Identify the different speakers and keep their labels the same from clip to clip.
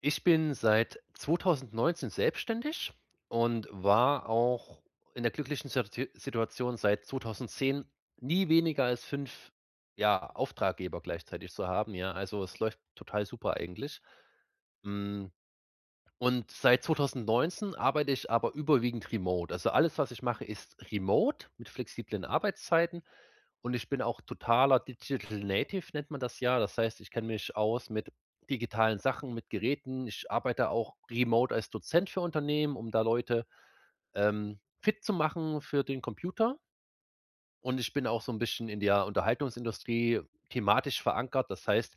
Speaker 1: Ich bin seit 2019 selbstständig und war auch in der glücklichen Situation, seit 2010 nie weniger als fünf, ja, Auftraggeber gleichzeitig zu haben, ja. Also, es läuft total super eigentlich. Hm, und seit 2019 arbeite ich aber überwiegend remote. Also, alles, was ich mache, ist remote mit flexiblen Arbeitszeiten und ich bin auch totaler Digital Native, nennt man das ja. Das heißt, ich kenne mich aus mit digitalen Sachen, mit Geräten. Ich arbeite auch remote als Dozent für Unternehmen, um da Leute fit zu machen für den Computer. Und ich bin auch so 'n bisschen in der Unterhaltungsindustrie thematisch verankert. Das heißt,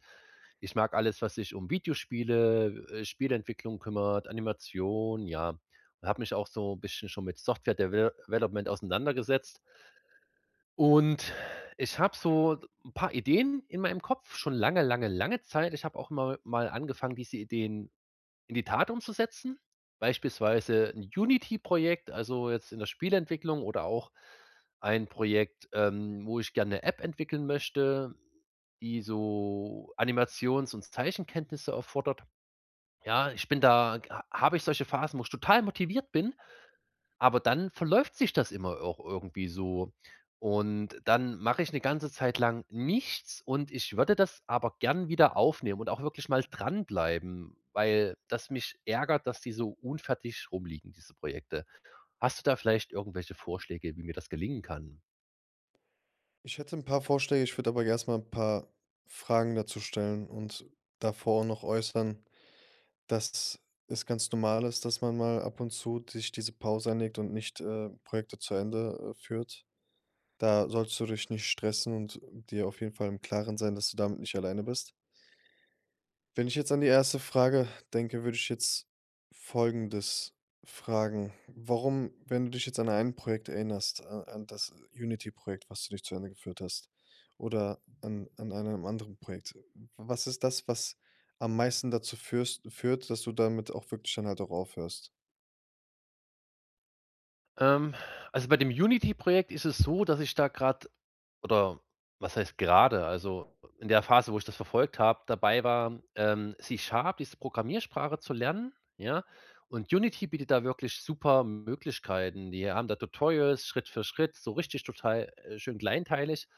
Speaker 1: ich mag alles, was sich um Videospiele, Spieleentwicklung kümmert, Animation, ja. Und habe mich auch so 'n bisschen schon mit Software Development auseinandergesetzt. Und ich habe so 'n paar Ideen in meinem Kopf schon lange, lange, lange Zeit. Ich habe auch immer mal angefangen, diese Ideen in die Tat umzusetzen. Beispielsweise ein Unity-Projekt, also jetzt in der Spieleentwicklung oder auch ein Projekt, wo ich gerne 'ne App entwickeln möchte, die so Animations und Zeichenkenntnisse erfordert. Ja, ich bin da ha habe ich solche Phasen, wo ich total motiviert bin, aber dann verläuft sich das immer auch irgendwie so. Und dann mache ich eine ganze Zeit lang nichts und ich würde das aber gern wieder aufnehmen und auch wirklich mal dranbleiben, weil das mich ärgert, dass die so unfertig rumliegen, diese Projekte. Hast du da vielleicht irgendwelche Vorschläge, wie mir das gelingen kann?
Speaker 2: Ich hätte ein paar Vorschläge, ich würde aber erst mal 'n paar Fragen dazu stellen und davor auch noch äußern, dass es ganz normal ist, dass man mal ab und zu sich diese Pause einlegt und nicht, Projekte zu Ende, führt. Da sollst du dich nicht stressen und dir auf jeden Fall im Klaren sein, dass du damit nicht alleine bist. Wenn ich jetzt an die erste Frage denke, würde ich jetzt Folgendes fragen. Warum, wenn du dich jetzt an ein Projekt erinnerst, an das Unity-Projekt, was du nicht zu Ende geführt hast, oder an, an einem anderen Projekt, was ist das, was am meisten dazu führst, führt, dass du damit auch wirklich dann halt auch aufhörst?
Speaker 1: Ähm, also, bei dem Unity-Projekt ist es so, dass ich da gerade. Oder was heißt gerade? Also, in der Phase, wo ich das verfolgt habe dabei war, C-Sharp, diese Programmiersprache zu lernen, ja? Und Unity bietet da wirklich super Möglichkeiten. Die haben da Tutorials Schritt für Schritt, so richtig total, schön kleinteilig.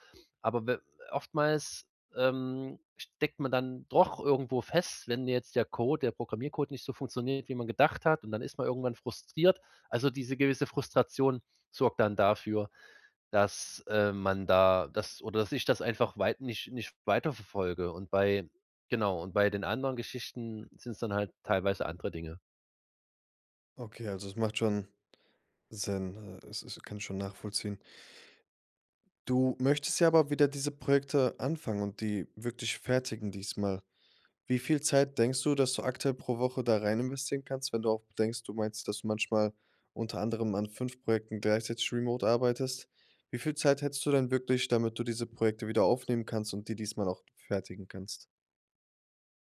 Speaker 1: Aber we oftmals, steckt man dann doch irgendwo fest, wenn jetzt der Code der Programmiercode nicht so funktioniert, wie man gedacht hat, und dann ist man irgendwann frustriert. Also, diese gewisse Frustration sorgt dann dafür, dass man da das oder dass ich das einfach weit nicht weiterverfolge und bei genau, und bei den anderen Geschichten sind's dann halt teilweise andere Dinge.
Speaker 2: Okay, also es macht schon Sinn. Es ist, kann ich schon nachvollziehen. Du möchtest ja aber wieder diese Projekte anfangen und die wirklich fertigen diesmal. Wie viel Zeit denkst du, dass du aktuell pro Woche da rein investieren kannst, wenn du auch denkst, du meinst, dass du manchmal unter anderem an 5 Projekten gleichzeitig remote arbeitest? Wie viel Zeit hättest du denn wirklich, damit du diese Projekte wieder aufnehmen kannst und die diesmal auch fertigen kannst?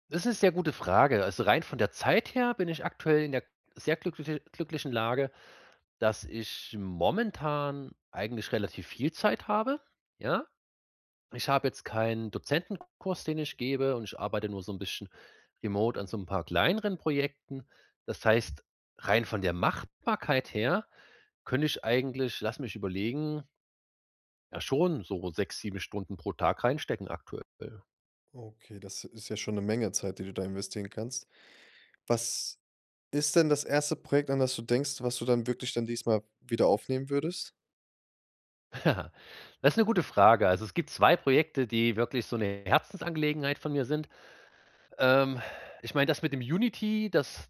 Speaker 1: Das ist 'ne sehr gute Frage. Also, rein von der Zeit her bin ich aktuell in der sehr glückliche glücklichen Lage, dass ich momentan eigentlich relativ viel Zeit habe, ja? Ich habe jetzt keinen Dozentenkurs, den ich gebe und ich arbeite nur so 'n bisschen remote an so 'n paar kleineren Projekten. Das heißt, rein von der Machbarkeit her könnte ich eigentlich, lass mich überlegen, ja, schon so 6 7 Stunden pro Tag reinstecken aktuell.
Speaker 2: Okay, das ist ja schon eine Menge Zeit, die du da investieren kannst. Was ist denn das erste Projekt, an das du denkst, was du dann wirklich dann diesmal wieder aufnehmen würdest?
Speaker 1: Ja, das ist eine gute Frage. Also, es gibt 2 Projekte, die wirklich so eine Herzensangelegenheit von mir sind. Ähm, Ich meine, das mit dem Unity, das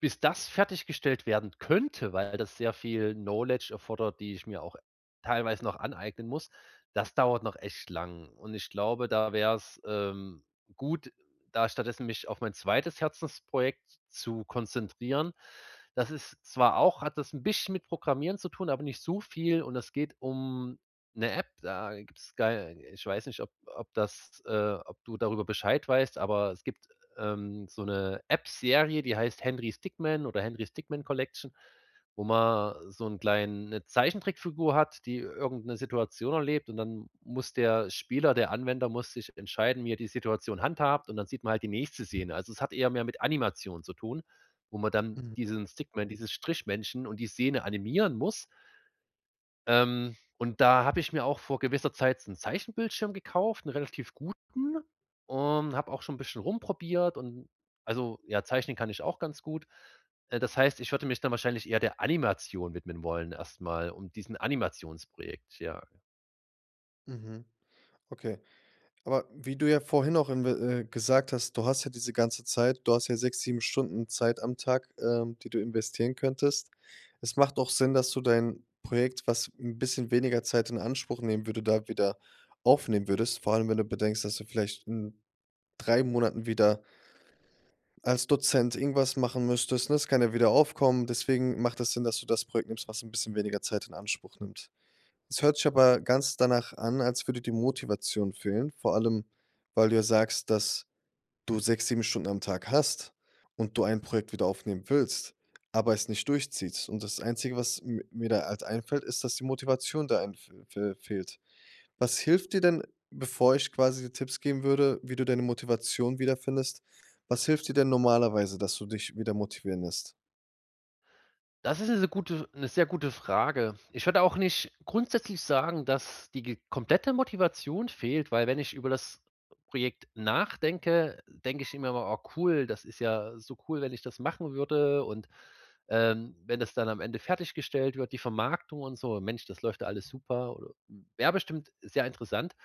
Speaker 1: bis das fertiggestellt werden könnte, weil das sehr viel Knowledge erfordert, die ich mir auch teilweise noch aneignen muss, das dauert noch echt lang. Und ich glaube, da wär's gut, da stattdessen mich auf mein zweites Herzensprojekt zu konzentrieren. Das ist zwar auch hat das ein bisschen mit Programmieren zu tun, aber nicht so viel und es geht um eine App, da gibt's geil, ich weiß nicht, ob das ob du darüber Bescheid weißt, aber es gibt so eine App-Serie, die heißt „Henry's Stickman" oder „Henry's Stickman Collection", wo man so 'n kleinen 'ne Zeichentrickfigur hat, die irgend 'ne Situation erlebt und dann muss der Spieler der Anwender muss sich entscheiden, wie er die Situation handhabt und dann sieht man halt die nächste Szene. Also, es hat eher mehr mit Animation zu tun, wo man dann
Speaker 2: Mhm,
Speaker 1: diesen Stickman, dieses Strichmännchen und die Szene animieren muss, und da habe ich mir auch vor gewisser Zeit so 'n Zeichenbildschirm gekauft, 'n relativ guten, und habe auch schon 'n bisschen rumprobiert und also, ja, zeichnen kann ich auch ganz gut. Das heißt, ich würde mich dann wahrscheinlich eher der Animation widmen wollen erst mal, um diesen Animationsprojekt, ja.
Speaker 2: mhm, okay. Aber wie du ja vorhin auch inve gesagt hast, du hast ja diese ganze Zeit du hast ja 6, 7 Stunden Zeit am Tag, die du investieren könntest. Es macht auch Sinn, dass du dein Projekt, was ein bisschen weniger Zeit in Anspruch nehmen würde, da wieder aufnehmen würdest. Vor allem, wenn du bedenkst, dass du vielleicht in 3 Monaten wieder als Dozent irgendwas machen müsstest, ne? Das kann ja wieder aufkommen. Deswegen macht es Sinn, dass du das Projekt nimmst, was ein bisschen weniger Zeit in Anspruch nimmt. Es hört sich aber ganz danach an, als würde die Motivation fehlen, vor allem, weil du ja sagst, dass du 6, 7 Stunden am Tag hast und du ein Projekt wieder aufnehmen willst, aber es nicht durchziehst. Und das Einzige, was m mir da halt einfällt, ist, dass die Motivation da ein fe fe fehlt. Was hilft dir denn, bevor ich quasi dir Tipps geben würde, wie du deine Motivation wiederfindest, was hilft dir denn normalerweise, dass du dich wieder motivieren lässt?
Speaker 1: Das ist eine gute 'ne sehr gute Frage. Ich würde auch nicht grundsätzlich sagen, dass die ge komplette Motivation fehlt, weil wenn ich über das Projekt nachdenke, denke ich immer mal: „Oh cool, das ist ja so cool, wenn ich das machen würde und, wenn das dann am Ende fertiggestellt wird, die Vermarktung und so, Mensch, das läuft ja alles super oder wäre bestimmt sehr interessant."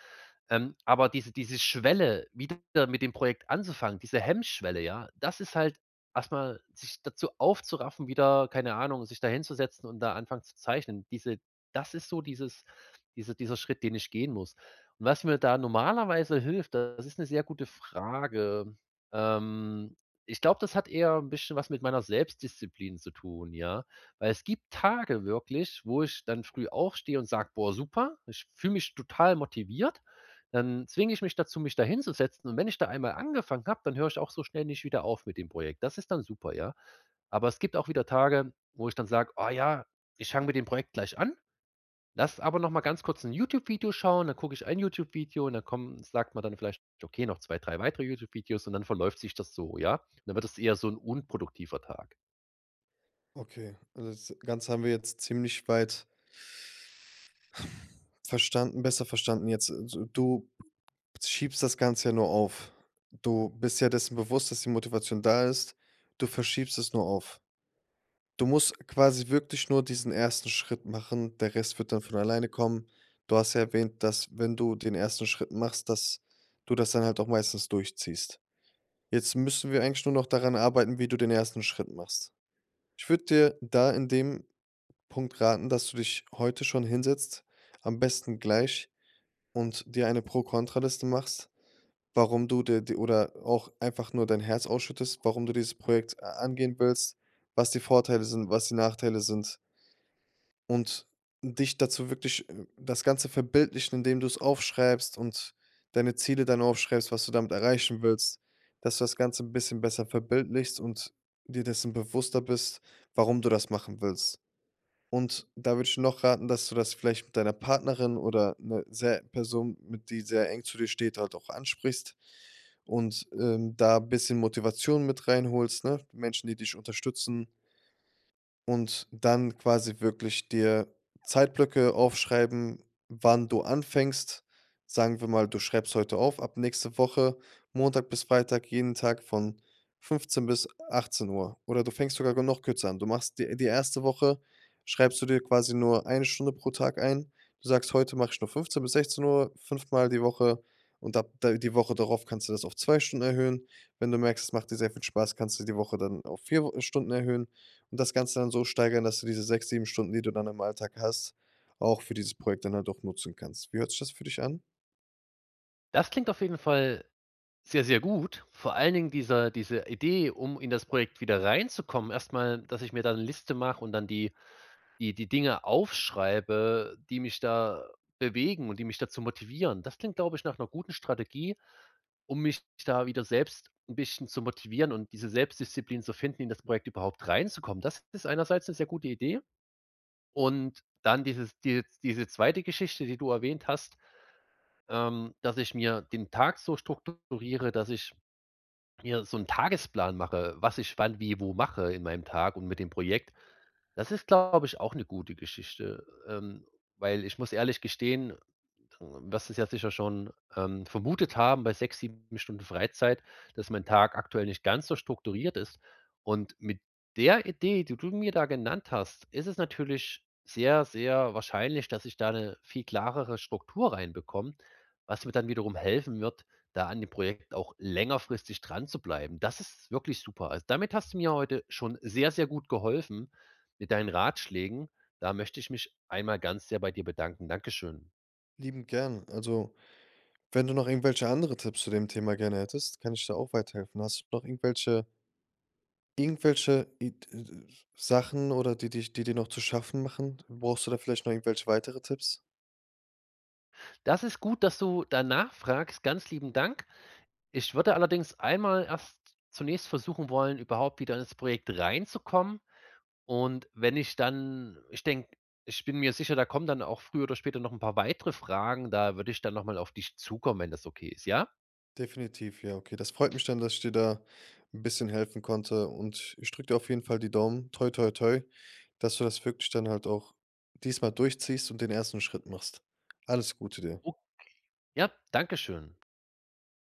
Speaker 1: Aber diese Schwelle, wieder mit dem Projekt anzufangen, diese Hemmschwelle, ja, das ist halt erstmal sich dazu aufzuraffen, wieder, keine Ahnung, sich da hinzusetzen und da anfangen zu zeichnen. Diese das ist so dieses diese Dieser Schritt, den ich gehen muss. Und was mir da normalerweise hilft, das ist eine sehr gute Frage. Ähm, Ich glaube, das hat eher ein bisschen was mit meiner Selbstdisziplin zu tun, ja? Weil es gibt Tage wirklich, wo ich dann früh aufstehe und sage: „Boah, super, ich fühle mich total motiviert." Dann zwinge ich mich dazu, mich da hinzusetzen und wenn ich da einmal angefangen habe, dann höre ich auch so schnell nicht wieder auf mit dem Projekt. Das ist dann super, ja. Aber es gibt auch wieder Tage, wo ich dann sage: „Oh ja, ich fange mit dem Projekt gleich an, lass aber noch mal ganz kurz ein YouTube-Video schauen." Dann gucke ich ein YouTube-Video und dann kommen sagt man dann vielleicht: „Okay, noch 2, 3 weitere YouTube-Videos" und dann verläuft sich das so, ja? Und dann wird es eher so ein unproduktiver Tag.
Speaker 2: Okay, also das Ganze haben wir jetzt ziemlich weit verstanden, besser verstanden jetzt. So du schiebst das Ganze ja nur auf. Du bist ja dessen bewusst, dass die Motivation da ist. Du verschiebst es nur auf. Du musst quasi wirklich nur diesen ersten Schritt machen. Der Rest wird dann von alleine kommen. Du hast ja erwähnt, dass, wenn du den ersten Schritt machst, dass du das dann halt auch meistens durchziehst. Jetzt müssen wir eigentlich nur noch daran arbeiten, wie du den ersten Schritt machst. Ich würde dir da in dem Punkt raten, dass du dich heute schon hinsetzt, am besten gleich und dir eine Pro-Kontra-Liste machst, warum du dir oder auch einfach nur dein Herz ausschüttest, warum du dieses Projekt a angehen willst, was die Vorteile sind, was die Nachteile sind und dich dazu wirklich, das Ganze verbildlichen, indem du es aufschreibst und deine Ziele dann aufschreibst, was du damit erreichen willst, dass du das Ganze ein bisschen besser verbildlichst und dir dessen bewusster bist, warum du das machen willst. Und da würde ich noch raten, dass du das vielleicht mit deiner Partnerin oder einer sehr Person, mit die sehr eng zu dir steht, halt auch ansprichst und, da ein bisschen Motivation mit reinholst, ne? Menschen, die dich unterstützen und dann quasi wirklich dir Zeitblöcke aufschreiben, wann du anfängst. Sagen wir mal, du schreibst heute auf, ab nächste Woche, Montag bis Freitag, jeden Tag von 15 bis 18 Uhr. Oder du fängst sogar noch kürzer an. Du machst die erste Woche, schreibst du dir quasi nur eine Stunde pro Tag ein. Du sagst, heute mache ich nur 15 bis 16 Uhr, fünfmal die Woche. Und die Woche darauf kannst du das auf 2 Stunden erhöhen. Wenn du merkst, es macht dir sehr viel Spaß, kannst du die Woche dann auf vier Stunden erhöhen. Und das Ganze dann so steigern, dass du diese 6, 7 Stunden, die du dann im Alltag hast, auch für dieses Projekt dann halt auch nutzen kannst. Wie hört sich das für dich an?
Speaker 1: Das klingt auf jeden Fall sehr, sehr gut. Vor allen Dingen diese Idee, um in das Projekt wieder reinzukommen, erst mal, dass ich mir dann 'ne Liste mache und dann die Dinge aufschreibe, die mich da bewegen und die mich dazu motivieren. Das klingt, glaube ich, nach einer guten Strategie, um mich da wieder selbst ein bisschen zu motivieren und diese Selbstdisziplin zu finden, in das Projekt überhaupt reinzukommen. Das ist einerseits eine sehr gute Idee und dann diese zweite Geschichte, die du erwähnt hast, dass ich mir den Tag so strukturiere, dass ich mir so 'n Tagesplan mache, was ich wann, wie, wo mache in meinem Tag und mit dem Projekt. Das ist, glaube ich, auch 'ne gute Geschichte, weil ich muss ehrlich gestehen, was es ja sicher schon, vermutet haben bei 6, 7 Stunden Freizeit, dass mein Tag aktuell nicht ganz so strukturiert ist. Und mit der Idee, die du mir da genannt hast, ist es natürlich sehr, sehr wahrscheinlich, dass ich da eine viel klarere Struktur reinbekomme, was mir dann wiederum helfen wird, da an dem Projekt auch längerfristig dran zu bleiben. Das ist wirklich super. Also, damit hast du mir heute schon sehr, sehr gut geholfen mit deinen Ratschlägen. Da möchte ich mich einmal ganz sehr bei dir bedanken. Dankeschön.
Speaker 2: Liebend gern. Also, wenn du noch irgendwelche andere Tipps zu dem Thema gerne hättest, kann ich dir auch weiterhelfen. Hast du noch irgendwelche Id Sachen oder die dir noch zu schaffen machen? Brauchst du da vielleicht noch irgendwelche weitere Tipps?
Speaker 1: Das ist gut, dass du danach fragst. Ganz lieben Dank. Ich würde allerdings einmal erst zunächst versuchen wollen, überhaupt wieder ins Projekt reinzukommen. Und wenn ich dann, ich denke, ich bin mir sicher, da kommen dann auch früher oder später noch ein paar weitere Fragen. Da würde ich dann nochmal auf dich zukommen, wenn das okay ist, ja?
Speaker 2: Definitiv, ja, okay. Das freut mich dann, dass ich dir da ein bisschen helfen konnte und ich drücke dir auf jeden Fall die Daumen. Toi, toi, toi, dass du das wirklich dann halt auch diesmal durchziehst und den ersten Schritt machst. Alles Gute dir.
Speaker 1: O Ja, danke schön.